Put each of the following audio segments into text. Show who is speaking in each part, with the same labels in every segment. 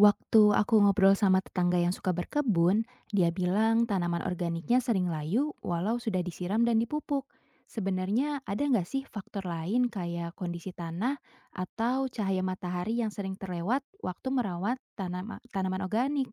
Speaker 1: Waktu aku ngobrol sama tetangga yang suka berkebun, dia bilang tanaman organiknya sering layu walau sudah disiram dan dipupuk. Sebenarnya ada nggak sih faktor lain kayak kondisi tanah atau cahaya matahari yang sering terlewat waktu merawat tanaman organik?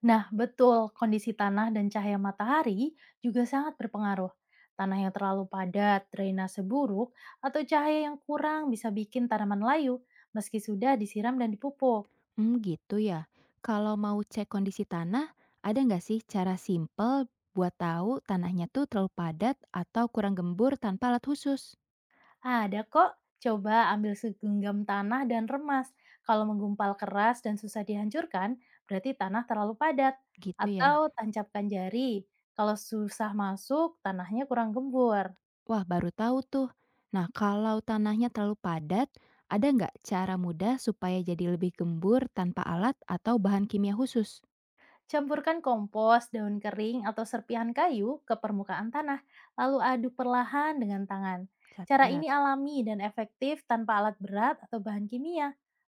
Speaker 2: Nah, betul, kondisi tanah dan cahaya matahari juga sangat berpengaruh. Tanah yang terlalu padat, drainase buruk, atau cahaya yang kurang bisa bikin tanaman layu meski sudah disiram dan dipupuk.
Speaker 1: Hmm, gitu ya. Kalau mau cek kondisi tanah, ada nggak sih cara simple buat tahu tanahnya tuh terlalu padat atau kurang gembur tanpa alat khusus?
Speaker 2: Ada kok, coba ambil segenggam tanah dan remas. Kalau menggumpal keras dan susah dihancurkan, berarti tanah terlalu padat.
Speaker 1: Gitu ya.
Speaker 2: Atau tancapkan jari, kalau susah masuk, tanahnya kurang gembur.
Speaker 1: Wah, baru tahu tuh. Nah, kalau tanahnya terlalu padat, ada nggak cara mudah supaya jadi lebih gembur tanpa alat atau bahan kimia khusus?
Speaker 2: Campurkan kompos, daun kering, atau serpihan kayu ke permukaan tanah, lalu aduk perlahan dengan tangan. Cara ini
Speaker 1: Catat.
Speaker 2: alami dan efektif tanpa alat berat atau bahan kimia.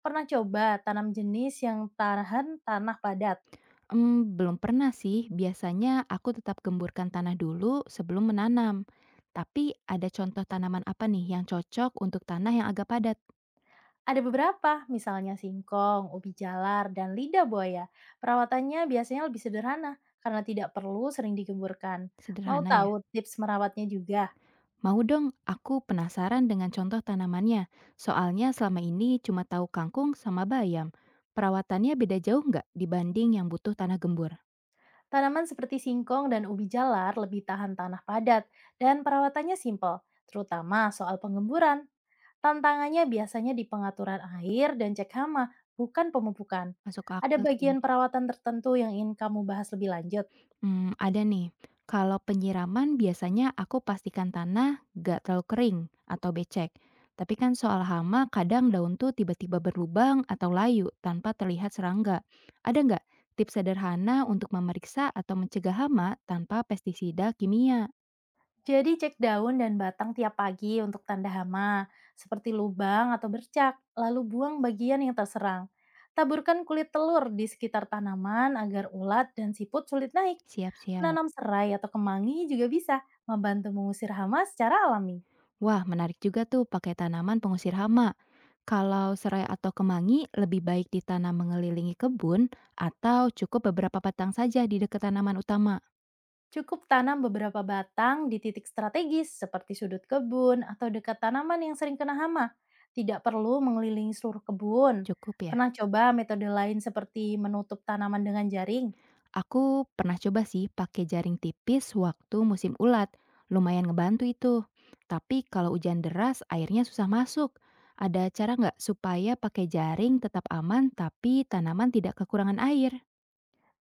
Speaker 2: Pernah coba tanam jenis yang tahan tanah padat?
Speaker 1: Hmm, belum pernah sih. Biasanya aku tetap gemburkan tanah dulu sebelum menanam. Tapi ada contoh tanaman apa nih yang cocok untuk tanah yang agak padat?
Speaker 2: Ada beberapa, misalnya singkong, ubi jalar, dan lidah buaya. Perawatannya biasanya lebih sederhana karena tidak perlu sering digemburkan. Mau
Speaker 1: Sederhana ya.
Speaker 2: tahu tips merawatnya juga?
Speaker 1: Mau dong, aku penasaran dengan contoh tanamannya. Soalnya selama ini cuma tahu kangkung sama bayam. Perawatannya beda jauh nggak dibanding yang butuh tanah gembur?
Speaker 2: Tanaman seperti singkong dan ubi jalar lebih tahan tanah padat dan perawatannya simpel, terutama soal pengemburan. Tantangannya biasanya di pengaturan air dan cek hama, bukan pemupukan.
Speaker 1: Masuk
Speaker 2: Ada
Speaker 1: akal sih.
Speaker 2: bagian perawatan tertentu yang ingin kamu bahas lebih lanjut?
Speaker 1: Hmm, ada nih. Kalau penyiraman biasanya aku pastikan tanah nggak terlalu kering atau becek. Tapi kan soal hama kadang daun tuh tiba-tiba berlubang atau layu tanpa terlihat serangga. Ada nggak tips sederhana untuk memeriksa atau mencegah hama tanpa pestisida kimia?
Speaker 2: Jadi cek daun dan batang tiap pagi untuk tanda hama, seperti lubang atau bercak, lalu buang bagian yang terserang. Taburkan kulit telur di sekitar tanaman agar ulat dan siput sulit naik.
Speaker 1: Siap-siap.
Speaker 2: Menanam serai atau kemangi juga bisa membantu mengusir hama secara alami.
Speaker 1: Wah, menarik juga tuh pakai tanaman pengusir hama. Kalau serai atau kemangi lebih baik ditanam mengelilingi kebun atau cukup beberapa batang saja di dekat tanaman utama.
Speaker 2: Cukup tanam beberapa batang di titik strategis seperti sudut kebun atau dekat tanaman yang sering kena hama. Tidak perlu mengelilingi seluruh kebun.
Speaker 1: Cukup ya?
Speaker 2: Pernah coba metode lain seperti menutup tanaman dengan jaring?
Speaker 1: Aku pernah coba sih pakai jaring tipis waktu musim ulat. Lumayan ngebantu itu. Tapi kalau hujan deras airnya susah masuk. Ada cara nggak supaya pakai jaring tetap aman tapi tanaman tidak kekurangan air?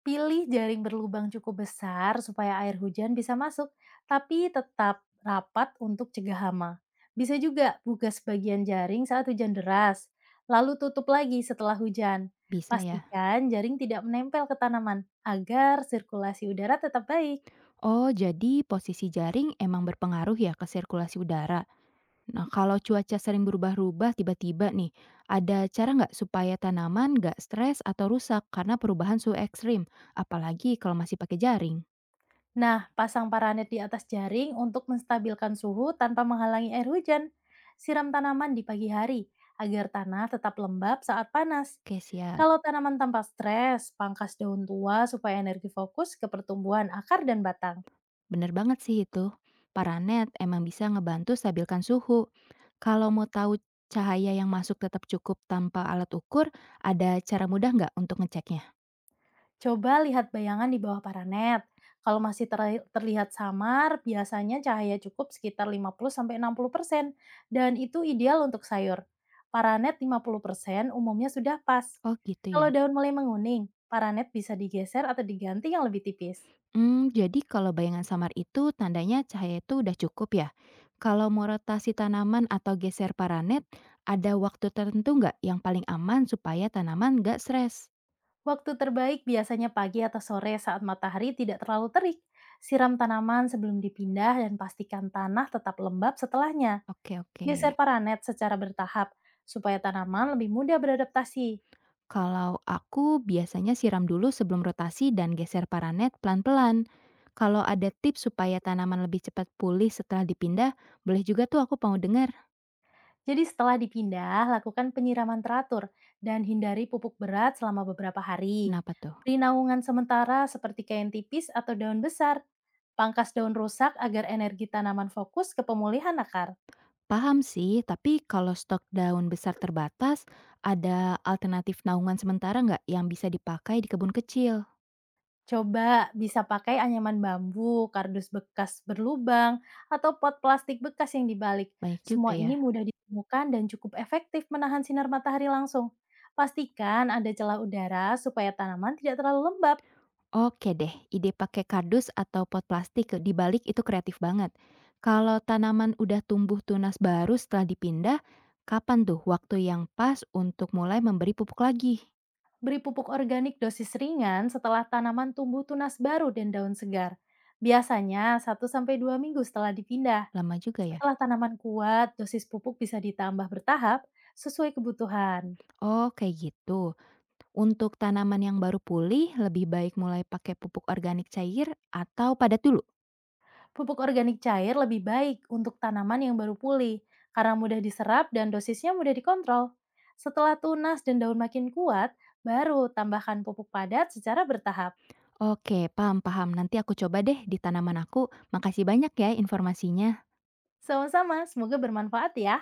Speaker 2: Pilih jaring berlubang cukup besar supaya air hujan bisa masuk, tapi tetap rapat untuk cegah hama. Bisa juga buka sebagian jaring saat hujan deras, lalu tutup lagi setelah hujan.
Speaker 1: Bisa ya?
Speaker 2: Pastikan jaring tidak menempel ke tanaman agar sirkulasi udara tetap baik.
Speaker 1: Oh, jadi posisi jaring emang berpengaruh ya ke sirkulasi udara. Nah, kalau cuaca sering berubah-ubah tiba-tiba nih, ada cara nggak supaya tanaman nggak stres atau rusak karena perubahan suhu ekstrim? Apalagi kalau masih pakai jaring.
Speaker 2: Nah, pasang paranet di atas jaring untuk menstabilkan suhu tanpa menghalangi air hujan. Siram tanaman di pagi hari agar tanah tetap lembab saat panas.
Speaker 1: Oke, siap.
Speaker 2: Kalau tanaman tanpa stres, pangkas daun tua supaya energi fokus ke pertumbuhan akar dan batang.
Speaker 1: Bener banget sih itu. Paranet emang bisa ngebantu stabilkan suhu. Kalau mau tahu cahaya yang masuk tetap cukup tanpa alat ukur, ada cara mudah nggak untuk ngeceknya?
Speaker 2: Coba lihat bayangan di bawah paranet. Kalau masih terlihat samar, biasanya cahaya cukup sekitar 50-60% dan itu ideal untuk sayur. Paranet 50% umumnya sudah pas.
Speaker 1: Oh, gitu ya.
Speaker 2: Kalau daun mulai menguning, paranet bisa digeser atau diganti yang lebih tipis.
Speaker 1: Mmm, jadi kalau bayangan samar itu tandanya cahaya itu udah cukup ya? Kalau mau rotasi tanaman atau geser paranet, ada waktu tertentu nggak yang paling aman supaya tanaman nggak stres?
Speaker 2: Waktu terbaik biasanya pagi atau sore saat matahari tidak terlalu terik. Siram tanaman sebelum dipindah dan pastikan tanah tetap lembab setelahnya.
Speaker 1: Oke, oke.
Speaker 2: Geser paranet secara bertahap supaya tanaman lebih mudah beradaptasi.
Speaker 1: Kalau aku biasanya siram dulu sebelum rotasi dan geser paranet pelan-pelan. Kalau ada tips supaya tanaman lebih cepat pulih setelah dipindah, boleh juga tuh aku mau dengar.
Speaker 2: Jadi setelah dipindah, lakukan penyiraman teratur dan hindari pupuk berat selama beberapa hari.
Speaker 1: Kenapa tuh?
Speaker 2: Beri naungan sementara seperti kain tipis atau daun besar. Pangkas daun rusak agar energi tanaman fokus ke pemulihan akar.
Speaker 1: Paham sih, tapi kalau stok daun besar terbatas, ada alternatif naungan sementara nggak yang bisa dipakai di kebun kecil?
Speaker 2: Coba bisa pakai anyaman bambu, kardus bekas berlubang, atau pot plastik bekas yang dibalik.
Speaker 1: Banyak juga
Speaker 2: Semua
Speaker 1: ya.
Speaker 2: ini mudah ditemukan dan cukup efektif menahan sinar matahari langsung. Pastikan ada celah udara supaya tanaman tidak terlalu lembab.
Speaker 1: Oke deh, ide pakai kardus atau pot plastik di balik itu kreatif banget. Kalau tanaman udah tumbuh tunas baru setelah dipindah, kapan tuh waktu yang pas untuk mulai memberi pupuk lagi?
Speaker 2: Beri pupuk organik dosis ringan setelah tanaman tumbuh tunas baru dan daun segar. Biasanya 1 sampai 2 minggu setelah dipindah.
Speaker 1: Lama juga ya.
Speaker 2: Setelah tanaman kuat, dosis pupuk bisa ditambah bertahap sesuai kebutuhan.
Speaker 1: Oh, kayak gitu. Untuk tanaman yang baru pulih, lebih baik mulai pakai pupuk organik cair atau padat dulu?
Speaker 2: Pupuk organik cair lebih baik untuk tanaman yang baru pulih karena mudah diserap dan dosisnya mudah dikontrol. Setelah tunas dan daun makin kuat, baru tambahkan pupuk padat secara bertahap.
Speaker 1: Oke, paham paham. Nanti aku coba deh di tanaman aku. Makasih banyak ya informasinya.
Speaker 2: Sama-sama, semoga bermanfaat ya.